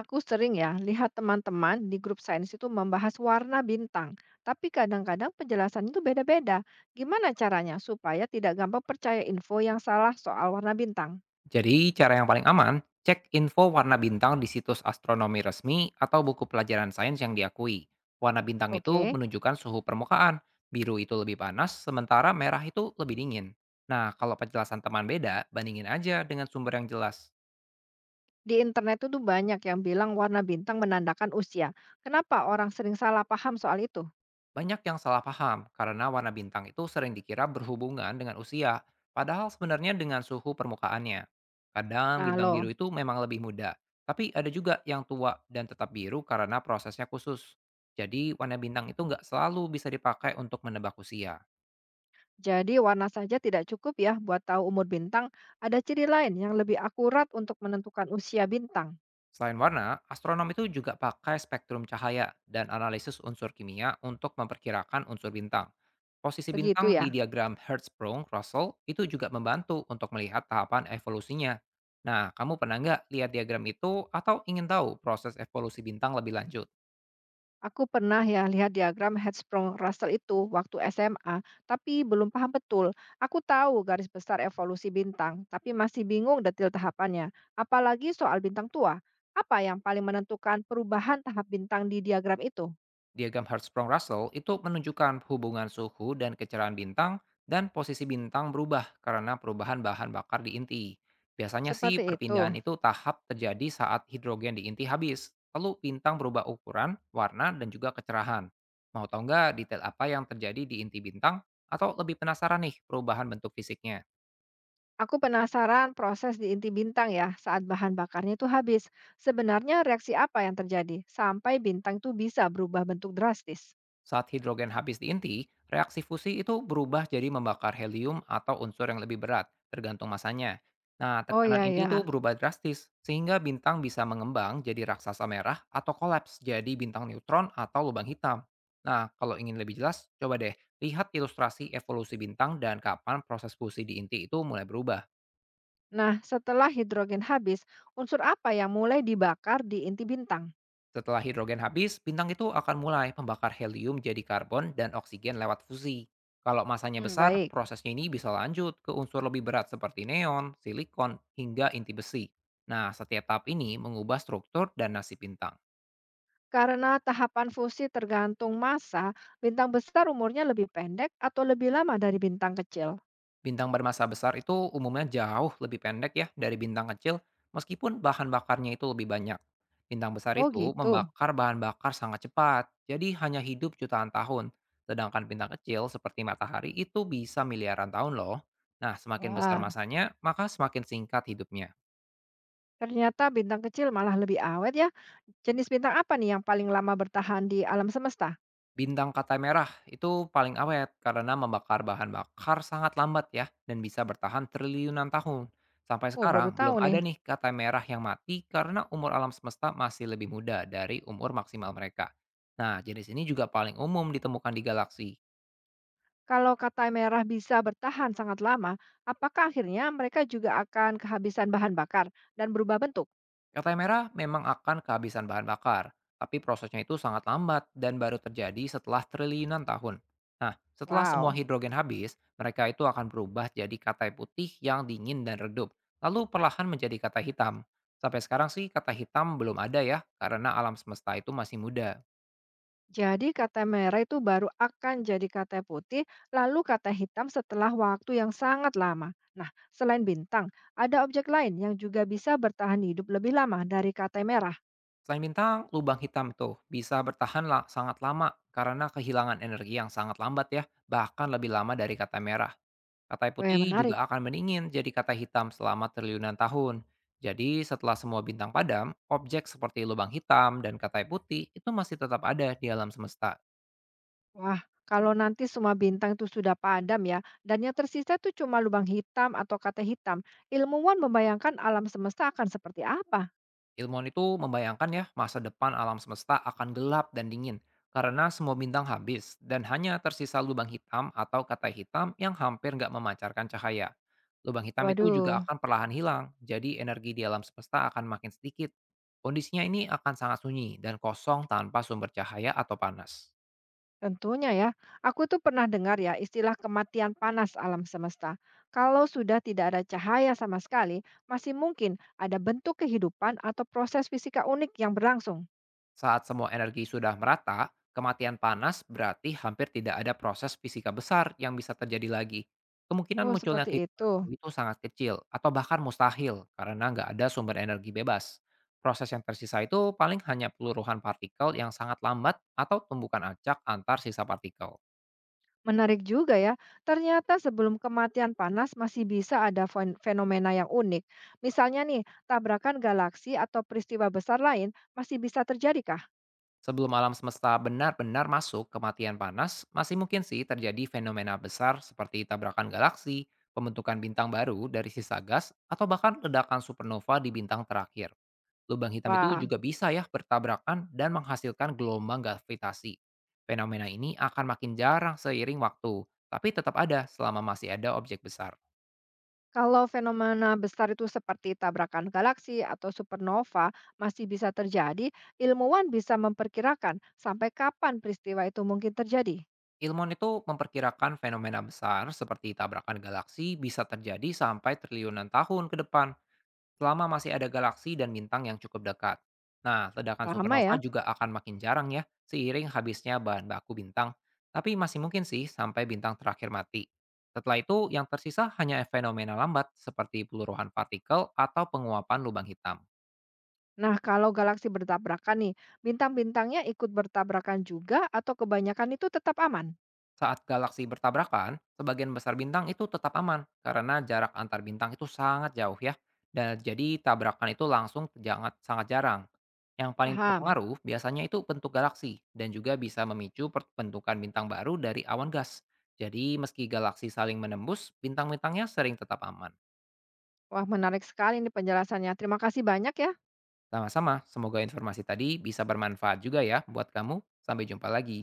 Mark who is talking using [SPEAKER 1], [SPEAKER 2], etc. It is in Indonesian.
[SPEAKER 1] Aku sering ya lihat teman-teman di grup sains itu membahas warna bintang, tapi kadang-kadang penjelasannya itu beda-beda. Gimana caranya supaya tidak gampang percaya info yang salah soal warna bintang?
[SPEAKER 2] Jadi, cara yang paling aman, cek info warna bintang di situs astronomi resmi atau buku pelajaran sains yang diakui. Warna bintang itu
[SPEAKER 1] Oke,
[SPEAKER 2] menunjukkan suhu permukaan, biru itu lebih panas, sementara merah itu lebih dingin. Nah, kalau penjelasan teman beda, bandingin aja dengan sumber yang jelas.
[SPEAKER 1] di internet itu tuh banyak yang bilang warna bintang menandakan usia. Kenapa orang sering salah paham soal itu?
[SPEAKER 2] Banyak yang salah paham karena warna bintang itu sering dikira berhubungan dengan usia, padahal sebenarnya dengan suhu permukaannya. Kadang
[SPEAKER 1] Nah
[SPEAKER 2] bintang biru
[SPEAKER 1] loh,
[SPEAKER 2] itu memang lebih muda, tapi ada juga yang tua dan tetap biru karena prosesnya khusus. Jadi warna bintang itu nggak selalu bisa dipakai untuk menebak usia.
[SPEAKER 1] jadi warna saja tidak cukup ya buat tahu umur bintang. Ada ciri lain yang lebih akurat untuk menentukan usia bintang.
[SPEAKER 2] Selain warna, astronom itu juga pakai spektrum cahaya dan analisis unsur kimia untuk memperkirakan unsur bintang. Posisi
[SPEAKER 1] Begitu
[SPEAKER 2] bintang di
[SPEAKER 1] ya.
[SPEAKER 2] diagram Hertzsprung-Russell itu juga membantu untuk melihat tahapan evolusinya. Nah, kamu pernah nggak lihat diagram itu atau ingin tahu proses evolusi bintang lebih lanjut?
[SPEAKER 1] Aku pernah ya lihat diagram Hertzsprung-Russell itu waktu SMA, tapi belum paham betul. Aku tahu garis besar evolusi bintang, tapi masih bingung detail tahapannya. Apalagi soal bintang tua. Apa yang paling menentukan perubahan tahap bintang di diagram itu?
[SPEAKER 2] Diagram Hertzsprung-Russell itu menunjukkan hubungan suhu dan kecerahan bintang dan posisi bintang berubah karena perubahan bahan bakar di inti. Biasanya sih
[SPEAKER 1] Seperti itu.
[SPEAKER 2] perpindahan itu tahap terjadi saat hidrogen di inti habis, lalu bintang berubah ukuran, warna, dan juga kecerahan. Mau tahu nggak detail apa yang terjadi di inti bintang? Atau lebih penasaran nih perubahan bentuk fisiknya?
[SPEAKER 1] Aku penasaran proses di inti bintang ya saat bahan bakarnya itu habis. Sebenarnya reaksi apa yang terjadi sampai bintang itu bisa berubah bentuk drastis?
[SPEAKER 2] Saat hidrogen habis di inti, reaksi fusi itu berubah jadi membakar helium atau unsur yang lebih berat, tergantung masanya. Nah,
[SPEAKER 1] Oh
[SPEAKER 2] tekanan
[SPEAKER 1] ya
[SPEAKER 2] inti itu
[SPEAKER 1] ya.
[SPEAKER 2] berubah drastis, sehingga bintang bisa mengembang jadi raksasa merah atau kolaps jadi bintang neutron atau lubang hitam. Nah, kalau ingin lebih jelas, coba deh lihat ilustrasi evolusi bintang dan kapan proses fusi di inti itu mulai berubah.
[SPEAKER 1] Nah, setelah hidrogen habis, unsur apa yang mulai dibakar di inti bintang?
[SPEAKER 2] Setelah hidrogen habis, bintang itu akan mulai membakar helium jadi karbon dan oksigen lewat fusi. Kalau masanya
[SPEAKER 1] Hmm,
[SPEAKER 2] besar,
[SPEAKER 1] baik.
[SPEAKER 2] prosesnya ini bisa lanjut ke unsur lebih berat seperti neon, silikon, hingga inti besi. Nah, setiap tahap ini mengubah struktur dan nasib bintang.
[SPEAKER 1] Karena tahapan fusi tergantung massa, bintang besar umurnya lebih pendek atau lebih lama dari bintang kecil.
[SPEAKER 2] Bintang bermasa besar itu umumnya jauh lebih pendek ya dari bintang kecil, meskipun bahan bakarnya itu lebih banyak. Bintang besar
[SPEAKER 1] Oh
[SPEAKER 2] itu
[SPEAKER 1] gitu.
[SPEAKER 2] membakar bahan bakar sangat cepat, jadi hanya hidup jutaan tahun. Sedangkan bintang kecil seperti matahari itu bisa miliaran tahun loh. Nah, semakin besar
[SPEAKER 1] Wah,
[SPEAKER 2] masanya, maka semakin singkat hidupnya.
[SPEAKER 1] ternyata bintang kecil malah lebih awet ya. Jenis bintang apa nih yang paling lama bertahan di alam semesta?
[SPEAKER 2] Bintang kata merah itu paling awet karena membakar bahan bakar sangat lambat ya dan bisa bertahan triliunan tahun. Sampai
[SPEAKER 1] Oh, baru
[SPEAKER 2] sekarang
[SPEAKER 1] tahu
[SPEAKER 2] belum
[SPEAKER 1] nih.
[SPEAKER 2] ada nih kata merah yang mati karena umur alam semesta masih lebih muda dari umur maksimal mereka. Nah, jenis ini juga paling umum ditemukan di galaksi.
[SPEAKER 1] Kalau kata merah bisa bertahan sangat lama, apakah akhirnya mereka juga akan kehabisan bahan bakar dan berubah bentuk?
[SPEAKER 2] Kertai merah memang akan kehabisan bahan bakar, tapi prosesnya itu sangat lambat dan baru terjadi setelah triliunan tahun. Nah, setelah semua
[SPEAKER 1] Wow.
[SPEAKER 2] hidrogen habis, mereka itu akan berubah jadi katai putih yang dingin dan redup, lalu perlahan menjadi katai hitam. Sampai sekarang sih kata hitam belum ada ya, karena alam semesta itu masih muda.
[SPEAKER 1] Jadi kata merah itu baru akan jadi kata putih, lalu kata hitam setelah waktu yang sangat lama. Nah, selain bintang, ada objek lain yang juga bisa bertahan hidup lebih lama dari kata merah.
[SPEAKER 2] Selain bintang, lubang hitam tuh bisa bertahan sangat lama karena kehilangan energi yang sangat lambat ya, bahkan lebih lama dari kata merah. Kata
[SPEAKER 1] Weh,
[SPEAKER 2] putih
[SPEAKER 1] menarik.
[SPEAKER 2] juga akan meningin jadi kata hitam selama triliunan tahun. Jadi setelah semua bintang padam, objek seperti lubang hitam dan kata putih itu masih tetap ada di alam semesta.
[SPEAKER 1] Wah, kalau nanti semua bintang itu sudah padam ya, dan yang tersisa itu cuma lubang hitam atau kata hitam, ilmuwan membayangkan alam semesta akan seperti apa?
[SPEAKER 2] Ilmuwan itu membayangkan ya masa depan alam semesta akan gelap dan dingin karena semua bintang habis dan hanya tersisa lubang hitam atau kata hitam yang hampir nggak memancarkan cahaya. Lubang hitam itu juga
[SPEAKER 1] Waduh.
[SPEAKER 2] akan perlahan hilang, jadi energi di alam semesta akan makin sedikit. Kondisinya ini akan sangat sunyi dan kosong tanpa sumber cahaya atau panas.
[SPEAKER 1] Tentunya ya, aku tuh pernah dengar ya istilah kematian panas alam semesta. Kalau sudah tidak ada cahaya sama sekali, masih mungkin ada bentuk kehidupan atau proses fisika unik yang berlangsung.
[SPEAKER 2] Saat semua energi sudah merata, kematian panas berarti hampir tidak ada proses fisika besar yang bisa terjadi lagi. Kemungkinan
[SPEAKER 1] Oh,
[SPEAKER 2] munculnya
[SPEAKER 1] seperti itu.
[SPEAKER 2] kehidupan baru itu sangat kecil atau bahkan mustahil karena nggak ada sumber energi bebas. Proses yang tersisa itu paling hanya peluruhan partikel yang sangat lambat atau tumbukan acak antar sisa partikel.
[SPEAKER 1] Menarik juga ya, ternyata sebelum kematian panas masih bisa ada fenomena yang unik. Misalnya nih, tabrakan galaksi atau peristiwa besar lain masih bisa terjadi kah?
[SPEAKER 2] Sebelum alam semesta benar-benar masuk ke matian panas, masih mungkin sih terjadi fenomena besar seperti tabrakan galaksi, pembentukan bintang baru dari sisa gas, atau bahkan ledakan supernova di bintang terakhir. Lubang hitam itu
[SPEAKER 1] Wah,
[SPEAKER 2] juga bisa ya bertabrakan dan menghasilkan gelombang gravitasi. Fenomena ini akan makin jarang seiring waktu, tapi tetap ada selama masih ada objek besar.
[SPEAKER 1] kalau fenomena besar itu seperti tabrakan galaksi atau supernova masih bisa terjadi, ilmuwan bisa memperkirakan sampai kapan peristiwa itu mungkin terjadi.
[SPEAKER 2] Ilmuwan itu memperkirakan fenomena besar seperti tabrakan galaksi bisa terjadi sampai triliunan tahun ke depan selama masih ada galaksi dan bintang yang cukup dekat. Nah, ledakan
[SPEAKER 1] Lama
[SPEAKER 2] supernova
[SPEAKER 1] ya.
[SPEAKER 2] juga akan makin jarang ya, seiring habisnya bahan baku bintang. Tapi masih mungkin sih sampai bintang terakhir mati. Setelah itu, yang tersisa hanya fenomena lambat seperti peluruhan partikel atau penguapan lubang hitam.
[SPEAKER 1] Nah, kalau galaksi bertabrakan nih, bintang-bintangnya ikut bertabrakan juga atau kebanyakan itu tetap aman?
[SPEAKER 2] Saat galaksi bertabrakan, sebagian besar bintang itu tetap aman karena jarak antar bintang itu sangat jauh ya. Dan jadi tabrakan itu langsung sangat jarang. Yang paling
[SPEAKER 1] Paham.
[SPEAKER 2] terpengaruh biasanya itu bentuk galaksi dan juga bisa memicu perbentukan bintang baru dari awan gas. Jadi meski galaksi saling menembus, bintang-bintangnya sering tetap aman.
[SPEAKER 1] Wah, menarik sekali ini penjelasannya. Terima kasih banyak ya.
[SPEAKER 2] Sama-sama, semoga informasi tadi bisa bermanfaat juga ya buat kamu. Sampai jumpa lagi.